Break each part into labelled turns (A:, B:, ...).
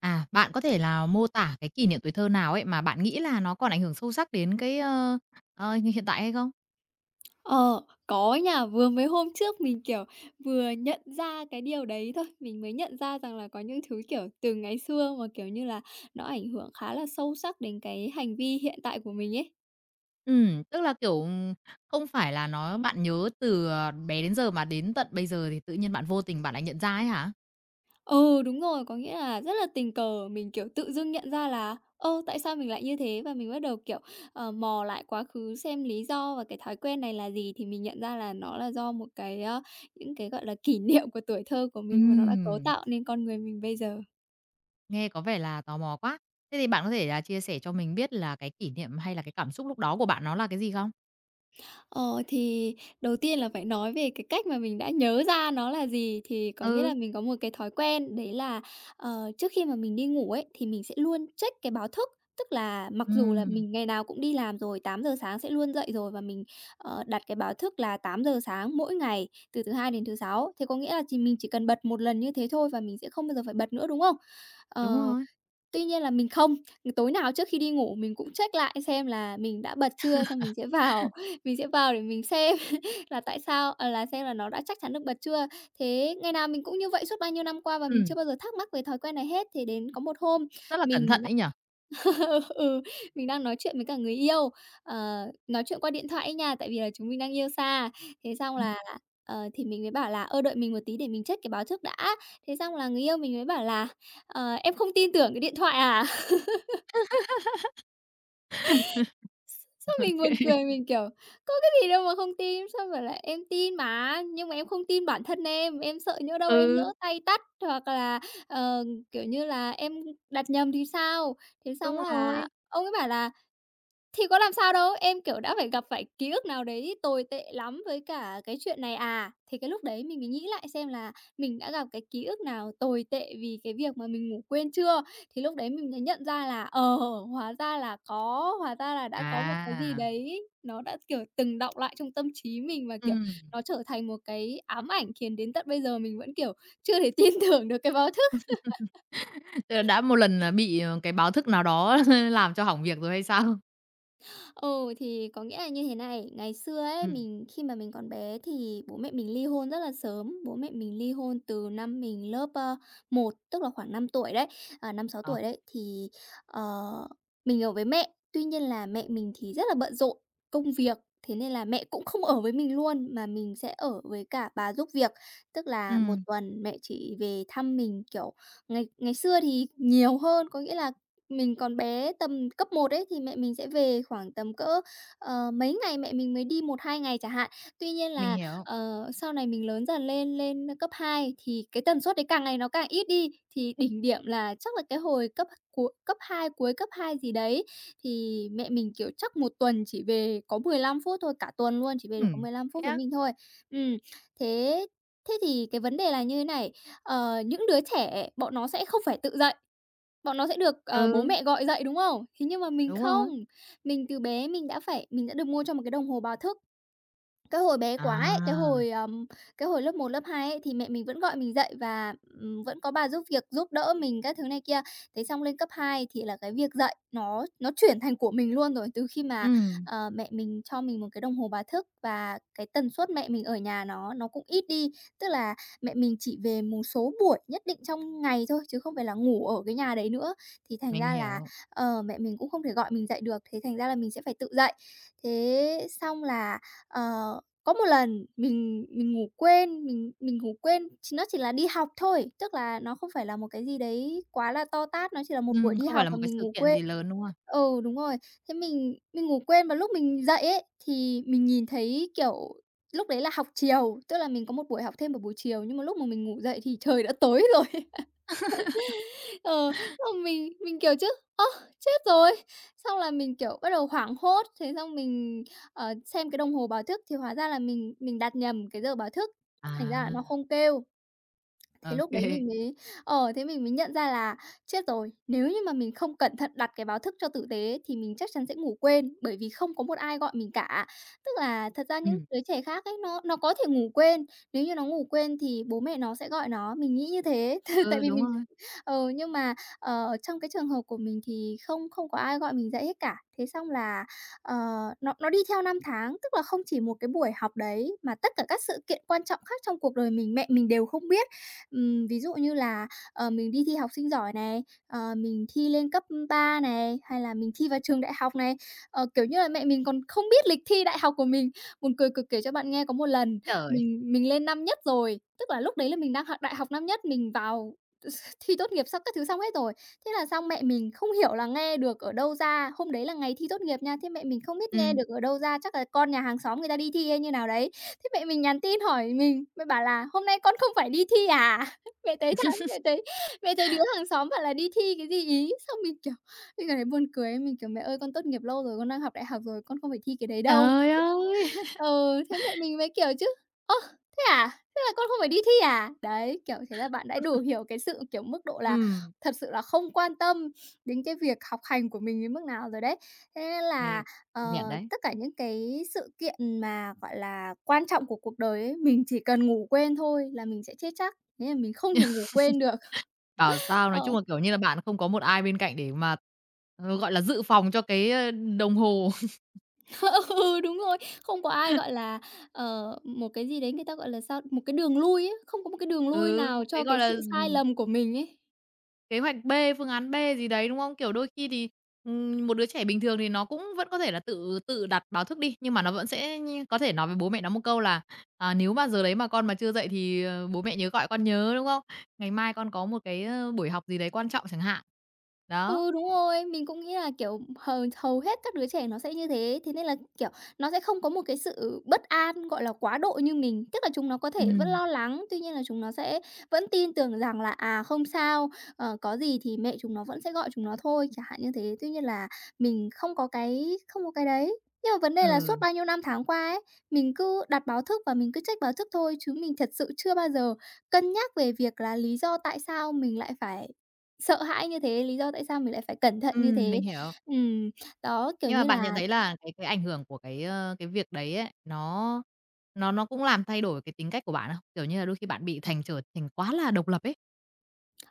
A: À, bạn có thể là mô tả cái kỷ niệm tuổi thơ nào ấy mà bạn nghĩ là nó còn ảnh hưởng sâu sắc đến cái, như hiện tại hay không?
B: Ờ, có nha, vừa mới hôm trước mình, kiểu, vừa nhận ra cái điều đấy thôi, mình mới nhận ra rằng là có những thứ, kiểu, từ ngày xưa mà, kiểu như là, nó ảnh hưởng khá là sâu sắc đến cái hành vi hiện tại của mình ấy.
A: Ừ, tức là, kiểu, không phải là nó bạn nhớ từ, bé đến giờ mà đến tận bây giờ thì tự nhiên bạn vô tình bạn lại nhận ra ấy hả?
B: Ừ, đúng rồi, có nghĩa là rất là tình cờ mình, kiểu, tự dưng nhận ra là, tại sao mình lại như thế và mình bắt đầu, kiểu, mò lại quá khứ xem lý do và cái thói quen này là gì thì mình nhận ra là nó là do một cái, những cái, gọi là, kỷ niệm của tuổi thơ của mình và nó đã cấu
A: Ừm,
B: tạo nên con người mình bây giờ.
A: nghe có vẻ là tò mò quá. Thế thì bạn có thể là chia sẻ cho mình biết là cái kỷ niệm hay là cái cảm xúc lúc đó của bạn nó là cái gì không?
B: Ờ, thì đầu tiên là phải nói về cái cách mà mình đã nhớ ra nó là gì, thì có nghĩa là
A: Ừ,
B: mình có một cái thói quen đấy là, trước khi mà mình đi ngủ ấy, thì mình sẽ luôn check cái báo thức. Tức là mặc dù là
A: ừm,
B: mình ngày nào cũng đi làm rồi, 8 giờ sáng sẽ luôn dậy rồi và mình, đặt cái báo thức là 8 giờ sáng mỗi ngày từ thứ Hai đến thứ Sáu. Thế có nghĩa là chỉ mình chỉ cần bật một lần như thế thôi và mình sẽ không bao giờ phải bật nữa, đúng không?
A: đúng
B: Ờ.
A: rồi.
B: Tuy nhiên là mình không, tối nào trước khi đi ngủ mình cũng check lại xem là mình đã bật chưa, xong mình sẽ vào mình sẽ vào để mình xem là tại sao là xem là nó đã chắc chắn được bật chưa. Thế ngày nào mình cũng như vậy suốt bao nhiêu năm qua và mình chưa
A: Ừ,
B: bao giờ thắc mắc về thói quen này hết. Thế đến có một hôm
A: rất là cẩn thận
B: mình đã
A: ấy nhỉ?
B: ừ, mình đang nói chuyện với cả người yêu, nói chuyện qua điện thoại ấy nha, tại vì là chúng mình đang yêu xa. Thế xong
A: Ừm,
B: là, thì mình mới bảo là "Ơ, đợi mình một tí để mình check cái báo trước đã." Thế xong là người yêu mình mới bảo là "Ờ, em không tin tưởng cái điện thoại à?" Sao mình buồn cười, mình, kiểu, có cái gì đâu mà không tin, xong rồi lại "Em tin mà, nhưng mà em không tin bản thân em sợ nhỡ đâu em lỡ
A: ừ,
B: tay tắt hoặc là, ờ, kiểu như là, em đặt nhầm thì sao?" Thế xong
A: đúng
B: là
A: rồi.
B: ông ấy bảo là thì có làm sao đâu, em, kiểu, đã phải gặp phải ký ức nào đấy tồi tệ lắm với cả cái chuyện này à. Thì cái lúc đấy mình mới nghĩ lại xem là mình đã gặp cái ký ức nào tồi tệ vì cái việc mà mình ngủ quên chưa. Thì lúc đấy mình mới nhận ra là, hóa ra là có, hóa ra là đã có một cái gì
A: À,
B: đấy nó đã, kiểu, từng đọng lại trong tâm trí mình và,
A: ừ.
B: kiểu, nó trở thành một cái ám ảnh khiến đến tận bây giờ mình vẫn, kiểu, chưa thể tin tưởng được cái báo.
A: Ờ, đã một lần là bị, cái báo thức nào đó làm cho hỏng việc rồi hay sao?
B: Ừ, thì có nghĩa là như thế này, ngày xưa ấy,
A: Ừm,
B: mình khi mà mình còn bé thì bố mẹ mình ly hôn rất là sớm. Bố mẹ mình ly hôn từ năm mình lớp, 1, tức là khoảng 5 tuổi đấy, à, 5, 6
A: ờ,
B: tuổi đấy, thì, ờ, mình ở với mẹ. Tuy nhiên là mẹ mình thì rất là bận rộn công việc, thế nên là mẹ cũng không ở với mình luôn, mà mình sẽ ở với cả bà giúp việc. Tức là một
A: ừm,
B: tuần mẹ chỉ về thăm mình, kiểu, ngày ngày xưa thì nhiều hơn, có nghĩa là mình còn bé tầm cấp một ấy, thì mẹ mình sẽ về khoảng tầm cỡ, mấy ngày mẹ mình mới đi một hai ngày chẳng hạn. Tuy nhiên
A: mình
B: là,
A: hiểu.
B: sau này mình lớn dần lên, lên cấp 2 thì cái tần suất đấy càng ngày nó càng ít đi, thì đỉnh điểm là chắc là cái hồi cấp cuối cấp hai gì đấy, thì mẹ mình, kiểu, chắc một tuần chỉ về có 15 phút thôi, cả tuần luôn, chỉ về được có
A: Ừm.
B: 15 phút
A: Thế
B: với
A: á?
B: mình thôi. Ừm, thế thế thì cái vấn đề là như thế này, những đứa trẻ bọn nó sẽ không phải tự dậy. Bọn nó sẽ được, bố
A: Ừ.
B: mẹ gọi dậy, đúng không? Thế nhưng mà mình
A: Đúng
B: không,
A: rồi.
B: mình từ bé mình đã được mua cho một cái đồng hồ báo thức cái hồi bé quá ấy, cái
A: À,
B: hồi, ờm, cái hồi lớp một lớp 2 ấy, thì mẹ mình vẫn gọi mình dậy và, vẫn có bà giúp việc, giúp đỡ mình các thứ này kia. Thế xong lên cấp 2 thì là cái việc dậy nó chuyển thành của mình luôn rồi, từ khi mà,
A: ừm,
B: mẹ mình cho mình một cái đồng hồ báo thức và cái tần suất mẹ mình ở nhà nó cũng ít đi. Tức là mẹ mình chỉ về một số buổi nhất định trong ngày thôi, chứ không phải là ngủ ở cái nhà đấy nữa, thì thành
A: mình
B: ra là,
A: hiểu.
B: mẹ mình cũng không thể gọi mình dậy được, thế thành ra là mình sẽ phải tự dậy. Thế xong là, ờ có một lần mình ngủ quên, nó chỉ là đi học thôi, tức là nó không phải là một cái gì đấy quá là to tát, nó chỉ là một buổi đi
A: Không phải
B: học
A: là
B: và
A: một cái
B: mình
A: sự
B: ngủ
A: kiện
B: quên.
A: gì lớn, đúng không?
B: Ừ, đúng rồi. Thế mình ngủ quên và lúc mình dậy ấy, thì mình nhìn thấy, kiểu, lúc đấy là học chiều, tức là mình có một buổi học thêm vào buổi chiều, nhưng mà lúc mà mình ngủ dậy thì trời đã tối rồi. Ờ, Xong mình, kiểu, chứ "Ơ, chết rồi!" Xong là mình, kiểu, bắt đầu hoảng hốt, thế xong mình, xem cái đồng hồ báo thức thì hóa ra là mình đặt nhầm cái giờ báo thức, thành ra là
A: À,
B: nó không kêu.
A: ô
B: Thế lúc đấy
A: kê.
B: mình mới nhận ra là "Chết rồi, nếu như mà mình không cẩn thận đặt cái báo thức cho tử tế thì mình chắc chắn sẽ ngủ quên, bởi vì không có một ai gọi mình cả." Tức là thật ra những
A: Ừm,
B: đứa trẻ khác ấy, nó có thể ngủ quên, nếu như nó ngủ quên thì bố mẹ nó sẽ gọi nó, mình nghĩ như thế. tại
A: ừ,
B: vì
A: đúng
B: mình
A: rồi.
B: Ừ, nhưng mà, trong cái trường hợp của mình thì không không có ai gọi mình dậy hết cả. Thế xong là, ờ, nó đi theo năm tháng, tức là không chỉ một cái buổi học đấy mà tất cả các sự kiện quan trọng khác trong cuộc đời mình, mẹ mình đều không biết. Ví dụ như là, mình đi thi học sinh giỏi này, mình thi lên cấp 3 này, hay là mình thi vào trường đại học này. Kiểu như là, mẹ mình còn không biết lịch thi đại học của mình. Buồn cười cực kể cho bạn nghe, có một lần
A: Trời!
B: mình lên năm nhất rồi, tức là lúc đấy là mình đang học đại học năm nhất, mình vào Thi tốt nghiệp xong các thứ xong hết rồi. Thế là xong mẹ mình không hiểu là nghe được ở đâu ra, hôm đấy là ngày thi tốt nghiệp nha, thế mẹ mình không biết nghe
A: Ừm.
B: được ở đâu ra, chắc là con nhà hàng xóm người ta đi thi hay như nào đấy. Thế mẹ mình nhắn tin hỏi mình, mẹ bảo là "Hôm nay con không phải đi thi à?" Mẹ thấy thằng mẹ thấy đứa hàng xóm bảo là đi thi cái gì ý xong mình, kiểu, mình cảm thấy buồn cười mình, kiểu: "Mẹ ơi, con tốt nghiệp lâu rồi, con đang học đại học rồi, con không phải thi cái đấy đâu."
A: Trời ơi!
B: Ừ, thế mẹ mình mới kiểu chứ: "Ơ, thế à? Thế là con không phải đi thi à?" Đấy, kiểu, thế là bạn đã đủ hiểu cái sự, kiểu, mức độ là
A: Ừm,
B: thật sự là không quan tâm đến cái việc học hành của mình đến mức nào rồi đấy. Thế nên
A: nghe
B: là, ờ,
A: công nhận đấy.
B: tất cả những cái sự kiện mà, gọi là, quan trọng của cuộc đời ấy, mình chỉ cần ngủ quên thôi là mình sẽ chết chắc. Thế là mình không thể ngủ quên được.
A: Bảo sao nói
B: Ờ.
A: chung là, kiểu như là, bạn không có một ai bên cạnh để mà, gọi là, dự phòng cho cái, đồng hồ.
B: Ừ, đúng rồi, không có ai, gọi là, một cái gì đấy người ta, gọi là, sao, một cái đường lui ấy, không có một cái đường lui
A: Ừ,
B: nào
A: một cái,
B: cho
A: gọi
B: cái
A: là
B: sự sai lầm của mình ấy.
A: kế hoạch B, phương án B gì đấy, đúng không? Kiểu, đôi khi thì, một đứa trẻ bình thường thì nó cũng vẫn có thể là tự tự đặt báo thức đi, nhưng mà nó vẫn sẽ như có thể nói với bố mẹ nó một câu là "À, nếu mà giờ đấy mà con mà chưa dậy thì, bố mẹ nhớ gọi con nhớ", đúng không? "Ngày mai con có một cái, buổi học gì đấy quan trọng" chẳng hạn. Đó.
B: Ừ, đúng rồi, mình cũng nghĩ là, kiểu, hầu hầu hết các đứa trẻ nó sẽ như thế, thế nên là, kiểu, nó sẽ không có một cái sự bất an, gọi là, quá độ như mình. Tức là chúng nó có thể vẫn
A: Ừm,
B: lo lắng, tuy nhiên là chúng nó sẽ vẫn tin tưởng rằng là, à, không sao, có gì thì mẹ chúng nó vẫn sẽ gọi chúng nó thôi, chẳng hạn như thế. Tuy nhiên là mình không có cái đấy. Nhưng mà vấn đề là suốt
A: ừ,
B: bao nhiêu năm tháng qua ấy, mình cứ đặt báo thức và mình cứ check báo thức thôi, chứ mình thật sự chưa bao giờ cân nhắc về việc là lý do tại sao mình lại phải sợ hãi như thế, lý do tại sao mình lại phải cẩn thận như thế.
A: mình hiểu.
B: Ừm, Đó, kiểu
A: Nhưng mà
B: như
A: bạn nhận
B: là.
A: thấy là cái ảnh hưởng của cái, cái việc đấy ấy, nó cũng làm thay đổi cái tính cách của bạn không? Kiểu như là, đôi khi bạn bị trở thành quá là độc lập ấy.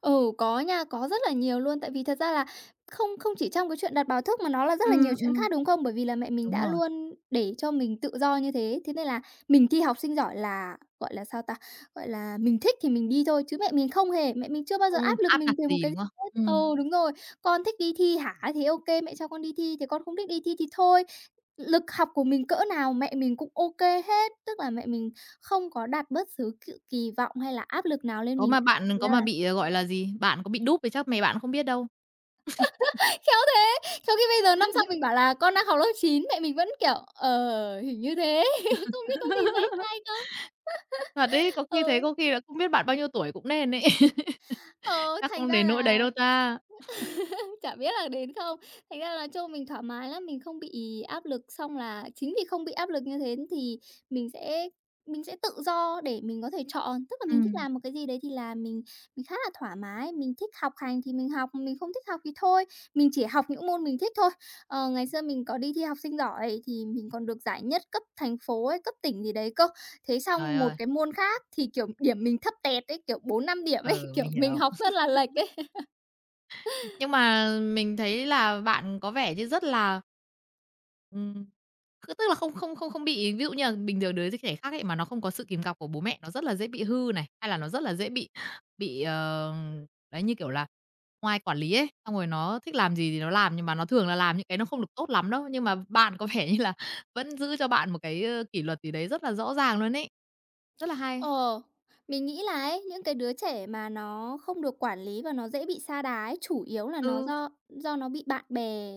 B: Ừ, có nha, có rất là nhiều luôn. Tại vì thật ra là không không chỉ trong cái chuyện đặt báo thức mà nó là rất là nhiều
A: Ừm,
B: chuyện
A: ừm.
B: khác, đúng không? Bởi vì là mẹ mình
A: Đúng
B: đã
A: rồi.
B: luôn để cho mình tự do như thế, thế nên là mình thi học sinh giỏi là, gọi là, sao ta? Gọi là, mình thích thì mình đi thôi, chứ mẹ mình không hề, mẹ mình chưa bao giờ
A: Không
B: áp lực
A: áp
B: mình
A: đặt
B: về một
A: gì,
B: cái gì
A: đúng không?
B: hết.
A: Ừm,
B: Ừ, đúng rồi, "Con thích đi thi hả? Thì ok, mẹ cho con đi thi, thì con không thích đi thi thì thôi." Lực học của mình cỡ nào mẹ mình cũng ok hết, tức là mẹ mình không có đặt bất cứ cự kỳ vọng hay là áp lực nào lên
A: có
B: mình
A: mà
B: cả.
A: bạn
B: Thành
A: có
B: ra
A: mà
B: là.
A: bị, gọi là gì, bạn có bị đúp thì chắc mẹ bạn không biết đâu.
B: Khéo thế! Trong khi bây giờ năm sau mình bảo là "Con đang học lớp chín", mẹ mình vẫn, kiểu, "Ờ, hình như thế." Không biết có gì sai sai không?
A: Thật đấy, có khi thế
B: Ừ,
A: có khi là không biết bạn bao nhiêu tuổi cũng nên ấy,
B: ờ,
A: chắc
B: thành
A: không
B: ra
A: đến nỗi đấy
B: là.
A: đâu ta.
B: Chả biết là đến không. Thành ra là chung mình thoải mái lắm, mình không bị áp lực, xong là chính vì không bị áp lực như thế thì mình sẽ mình sẽ tự do để mình có thể chọn. Tức là mình thích
A: Ừm,
B: làm một cái gì đấy thì là mình khá là thoải mái, mình thích học hành thì mình học, mình không thích học thì thôi, mình chỉ học những môn mình thích thôi. Ờ, ngày xưa mình có đi thi học sinh giỏi thì mình còn được giải nhất cấp thành phố ấy, cấp tỉnh gì đấy cơ. Thế
A: trời
B: xong một
A: ơi,
B: cái môn khác thì, kiểu, điểm mình thấp tẹt ấy, kiểu, bốn năm điểm ấy,
A: ừ,
B: kiểu,
A: mình
B: mình
A: hiểu.
B: học rất là lệch ấy.
A: Nhưng mà mình thấy là bạn có vẻ như rất là ừm, cứ tức là không không không không bị, ví dụ như là bình thường đứa trẻ khác ấy mà nó không có sự kìm cặp của bố mẹ, nó rất là dễ bị hư này, hay là nó rất là dễ bị, đấy, như kiểu là, ngoài quản lý ấy, xong rồi nó thích làm gì thì nó làm, nhưng mà nó thường là làm những cái nó không được tốt lắm đâu. Nhưng mà bạn có vẻ như là vẫn giữ cho bạn một cái, kỷ luật gì đấy rất là rõ ràng luôn ấy. Rất là hay.
B: Ờ, mình nghĩ là ấy, những cái đứa trẻ mà nó không được quản lý và nó dễ bị sa đà ấy, chủ yếu là nó
A: Ừ,
B: do nó bị bạn bè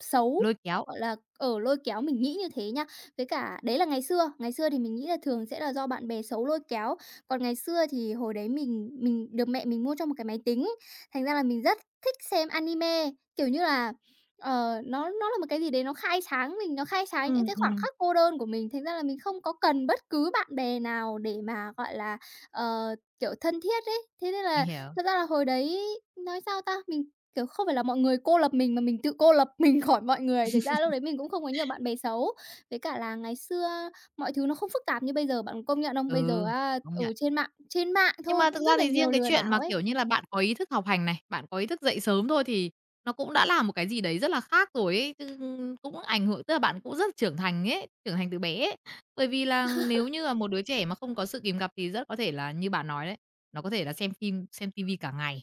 B: xấu,
A: lôi kéo.
B: gọi là, lôi kéo, mình nghĩ như thế nha. Với cả đấy là ngày xưa thì mình nghĩ là thường sẽ là do bạn bè xấu lôi kéo. Còn ngày xưa thì hồi đấy mình được mẹ mình mua cho một cái máy tính ấy, thành ra là mình rất thích xem anime. Kiểu như là, nó là một cái gì đấy nó khai sáng mình, nó khai sáng những
A: Ừm,
B: cái khoảng
A: ừm,
B: khắc cô đơn của mình. Thành ra là mình không có cần bất cứ bạn bè nào để mà, gọi là, kiểu, thân thiết ấy. Thế nên
A: mình
B: là
A: hiểu.
B: thật ra là hồi đấy nói sao ta? Mình, kiểu, không phải là mọi người cô lập mình mà mình tự cô lập mình khỏi mọi người. Thực ra lúc đấy mình cũng không có nhiều bạn bè xấu. Với cả là ngày xưa mọi thứ nó không phức tạp như bây giờ, bạn có công nhận không? Bây giờ
A: Ừ,
B: á,
A: công
B: ừ,
A: nhận.
B: trên mạng
A: Nhưng
B: thôi
A: mà
B: cũng
A: thực
B: rất
A: ra
B: là
A: thì riêng
B: nhiều
A: cái
B: lừa
A: chuyện
B: đảo
A: mà,
B: ấy.
A: kiểu như là, bạn có ý thức học hành này, bạn có ý thức dậy sớm thôi thì nó cũng đã là một cái gì đấy rất là khác rồi ấy, chứ cũng ảnh hưởng tức là bạn cũng rất trưởng thành ấy, trưởng thành từ bé ấy. Bởi vì là nếu như là một đứa trẻ mà không có sự kìm gặp thì rất có thể là như bạn nói đấy, nó có thể là xem phim, xem ti vi cả ngày,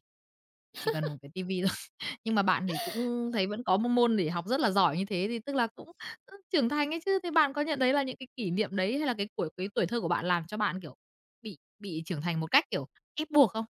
A: chỉ cần một cái ti vi thôi. Nhưng mà bạn thì cũng thấy vẫn có một môn để học rất là giỏi như thế, thì tức là cũng, trưởng thành ấy chứ. Thế bạn có nhận thấy là những cái kỷ niệm đấy hay là cái tuổi thơ của bạn làm cho bạn, kiểu, bị trưởng thành một cách, kiểu, ép buộc không?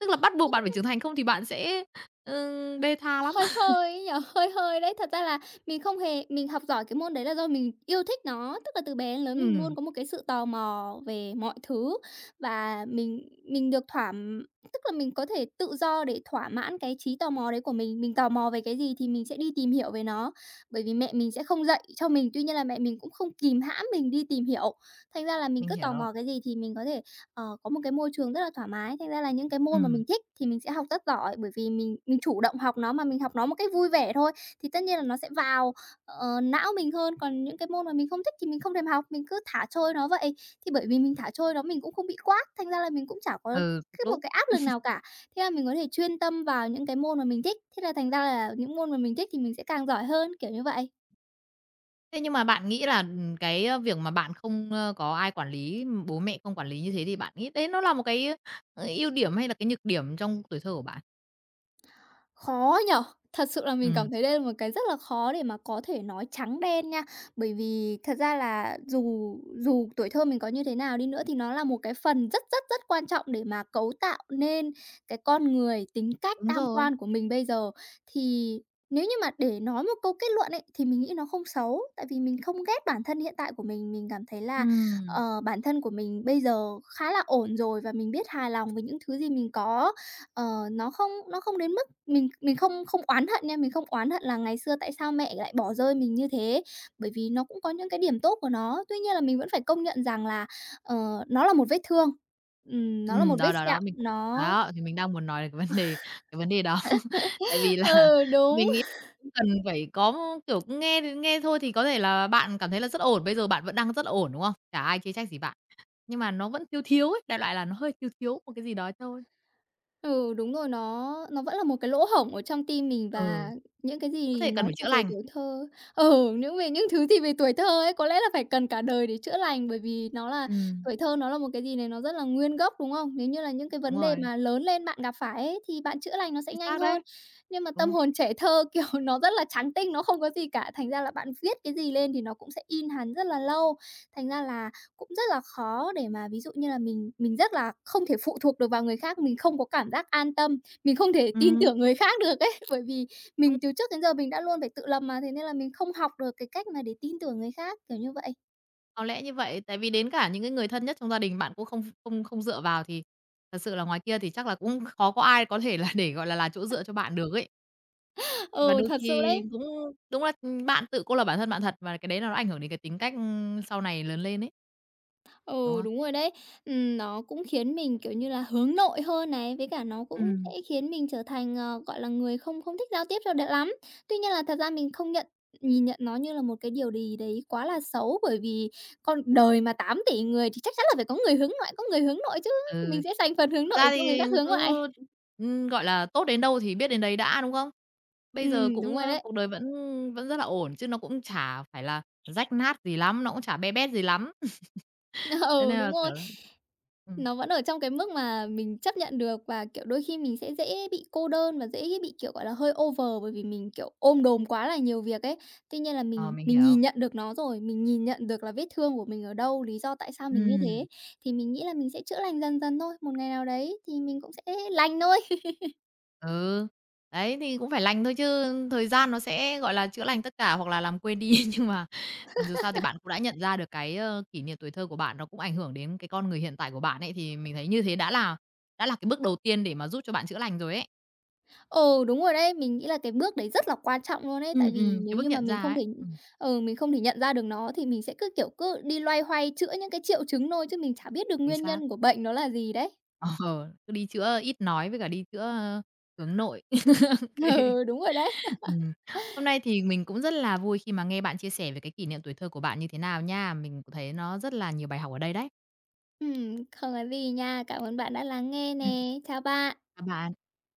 A: Tức là bắt buộc bạn phải trưởng thành không thì bạn sẽ bê tha lắm.
B: Hơi hơi ấy nhỉ? Hơi hơi đấy. Thật ra là mình không hề mình học giỏi cái môn đấy là do mình yêu thích nó, tức là từ bé đến lớn mình luôn
A: Ừm,
B: có một cái sự tò mò về mọi thứ và mình được tức là mình có thể tự do để thỏa mãn cái trí tò mò đấy của mình. Mình tò mò về cái gì thì mình sẽ đi tìm hiểu về nó, bởi vì mẹ mình sẽ không dạy cho mình, tuy nhiên là mẹ mình cũng không kìm hãm mình đi tìm hiểu. Thành ra là mình
A: mình
B: cứ tò
A: hiểu.
B: mò cái gì thì mình có thể có một cái môi trường rất là thoải mái. Thành ra là những cái môn mà mình
A: Ừm,
B: thích thì mình sẽ học rất giỏi, bởi vì mình chủ động học nó mà mình học nó một cách vui vẻ thôi, thì tất nhiên là nó sẽ vào, não mình hơn. Còn những cái môn mà mình không thích thì mình không thèm học, mình cứ thả trôi nó vậy. Thì bởi vì mình thả trôi nó mình cũng không bị quát, thành ra là mình cũng chả có
A: ừ, cũng
B: cái một
A: đúng.
B: cái áp lực nào cả. Thế là mình có thể chuyên tâm vào những cái môn mà mình thích, thế là thành ra là những môn mà mình thích thì mình sẽ càng giỏi hơn, kiểu như vậy.
A: Thế nhưng mà bạn nghĩ là, cái, việc mà bạn không, có ai quản lý, bố mẹ không quản lý như thế thì bạn nghĩ đấy nó là một cái, ưu điểm hay là cái nhược điểm trong tuổi thơ của bạn?
B: Khó nhở. Thật sự là mình
A: Ừm,
B: cảm thấy đây là một cái rất là khó để mà có thể nói trắng đen nha. Bởi vì thật ra là dù dù tuổi thơ mình có như thế nào đi nữa thì nó là một cái phần rất, rất, rất quan trọng để mà cấu tạo nên cái con người, tính cách,
A: đúng
B: tam
A: rồi.
B: quan của mình bây giờ. Thì nếu như mà để nói một câu kết luận ấy, thì mình nghĩ nó không xấu, tại vì mình không ghét bản thân hiện tại của mình. Mình cảm thấy là,
A: Ừm.
B: bản thân của mình bây giờ khá là ổn rồi và mình biết hài lòng với những thứ gì mình có. Ờ, nó không đến, mình không không oán hận nha, mình không oán hận là ngày xưa tại sao mẹ lại bỏ rơi mình như thế, bởi vì nó cũng có những cái điểm tốt của nó. Tuy nhiên là mình vẫn phải công nhận rằng là, ờ, nó là một vết thương, nó là một vết
A: Đó, đó,
B: sẹo,
A: đó, mình cũng
B: nó.
A: đó, thì mình đang muốn nói đến cái vấn đề đó. Tại vì là
B: Ừ, đúng.
A: mình nghĩ cũng cần phải có, kiểu, nghe thì nghe thôi thì có thể là bạn cảm thấy là rất ổn, bây giờ bạn vẫn đang rất là ổn, đúng không? Chả ai chê trách gì bạn, nhưng mà nó vẫn thiếu thiếu ấy, đại loại là nó hơi thiếu thiếu một cái gì đó thôi.
B: Ừ, đúng rồi, nó vẫn là một cái lỗ hổng ở trong tim mình và
A: Ừ,
B: những cái
A: có
B: gì
A: thể cần
B: nó
A: phải chữa
B: thuộc về
A: lành.
B: tuổi thơ. Về những thứ gì về tuổi thơ ấy có lẽ là phải cần cả đời để chữa lành, bởi vì nó là
A: Ừm,
B: tuổi thơ, nó là một cái gì này nó rất là nguyên gốc, đúng không? Nếu như là những cái
A: đúng
B: vấn đề
A: rồi,
B: mà lớn lên bạn gặp phải ấy, thì bạn chữa lành nó sẽ
A: chính
B: nhanh
A: xác
B: hơn.
A: đấy,
B: Nhưng mà
A: đúng
B: tâm
A: rồi.
B: hồn trẻ thơ, kiểu, nó rất là trắng tinh, nó không có gì cả, thành ra là bạn viết cái gì lên thì nó cũng sẽ in hằn rất là lâu, thành ra là cũng rất là khó để mà ví dụ như là mình rất là không thể phụ thuộc được vào người khác, mình không có cảm giác an tâm, mình không thể tin
A: Ừm,
B: tưởng người khác được ấy, bởi vì
A: đúng,
B: mình từ trước đến giờ mình đã luôn phải tự lập mà, thế nên là mình không học được cái cách mà để tin tưởng người khác, kiểu như vậy.
A: có lẽ như vậy, tại vì đến cả những cái người thân nhất trong gia đình bạn cũng không không không dựa vào thì thật sự là ngoài kia thì chắc là cũng khó có ai có thể là để, gọi là chỗ dựa cho bạn được ấy. Và
B: Ừ,
A: đôi
B: thật sự
A: khi
B: đấy.
A: cũng đúng là, bạn tự cô lập bản thân bạn thật và cái đấy là nó ảnh hưởng đến cái tính cách, sau này lớn lên ấy, đúng
B: Ừ,
A: không?
B: đúng rồi đấy. Nó cũng khiến mình, kiểu như là, hướng nội hơn này, với cả nó cũng sẽ
A: Ừm.
B: khiến mình trở thành, gọi là, người không không thích giao tiếp cho được lắm. Tuy nhiên là thật ra mình không nhìn nhận nó như là một cái điều gì đấy quá là xấu, bởi vì con đời mà 8 tỷ người thì chắc chắn là phải có người hướng ngoại, có người hướng nội chứ, mình
A: Ừ.
B: sẽ dành phần hướng
A: Thực
B: nội để
A: ra
B: cho người
A: thì
B: khác hướng ngoại.
A: cứ, gọi là, tốt đến đâu thì biết đến đấy đã, đúng không? Bây giờ
B: Đúng
A: cũng,
B: rồi đấy.
A: cuộc đời vẫn vẫn rất là ổn chứ nó cũng chả phải là rách nát gì lắm, nó cũng chả be bét gì lắm. Thế
B: Ừ,
A: nên
B: đúng
A: là, kiểu
B: rồi.
A: ừm,
B: Nó vẫn ở trong cái mức mà mình chấp nhận được và, kiểu, đôi khi mình sẽ dễ bị cô đơn và dễ bị, kiểu, gọi là, hơi over bởi vì mình, kiểu, ôm đồm quá là nhiều việc ấy. Tuy nhiên là
A: ờ,
B: mình
A: mình
B: mình nhìn
A: hiểu.
B: nhận được nó rồi, mình nhìn nhận được là vết thương của mình ở đâu, lý do tại sao mình như thế,
A: Ừm.
B: thì mình nghĩ là mình sẽ chữa lành dần dần thôi. Một ngày nào đấy thì mình cũng sẽ lành thôi.
A: Ừ, đấy, thì cũng phải lành thôi chứ, thời gian nó sẽ, gọi là, chữa lành tất cả hoặc là làm quên đi. Nhưng mà dù sao thì bạn cũng đã nhận ra được cái, kỷ niệm tuổi thơ của bạn nó cũng ảnh hưởng đến cái con người hiện tại của bạn ấy, thì mình thấy như thế đã là cái bước đầu tiên để mà giúp cho bạn chữa lành rồi ấy.
B: Ừ, đúng rồi đấy. Mình nghĩ là cái bước đấy rất là quan trọng luôn ấy,
A: Ừ,
B: tại vì nếu
A: cái bước
B: như mà
A: nhận
B: mình
A: ra
B: không
A: ấy.
B: thể. Mình không thể nhận ra được nó thì mình sẽ cứ, kiểu, cứ đi loay hoay chữa những cái triệu chứng thôi chứ mình chả biết được
A: Chính
B: nguyên
A: xác.
B: nhân của bệnh nó là gì đấy.
A: Ờ, cứ đi chữa ít nói với cả đi chữa, hướng nội. Ô kê.
B: Ừ, đúng rồi đấy.
A: Hôm nay thì mình cũng rất là vui khi mà nghe bạn chia sẻ về cái kỷ niệm tuổi thơ của bạn như thế nào nha. Mình cũng thấy nó rất là nhiều bài học ở đây đấy.
B: Không có gì nha. Cảm ơn bạn đã lắng nghe nè. Chào bạn.
A: À, bà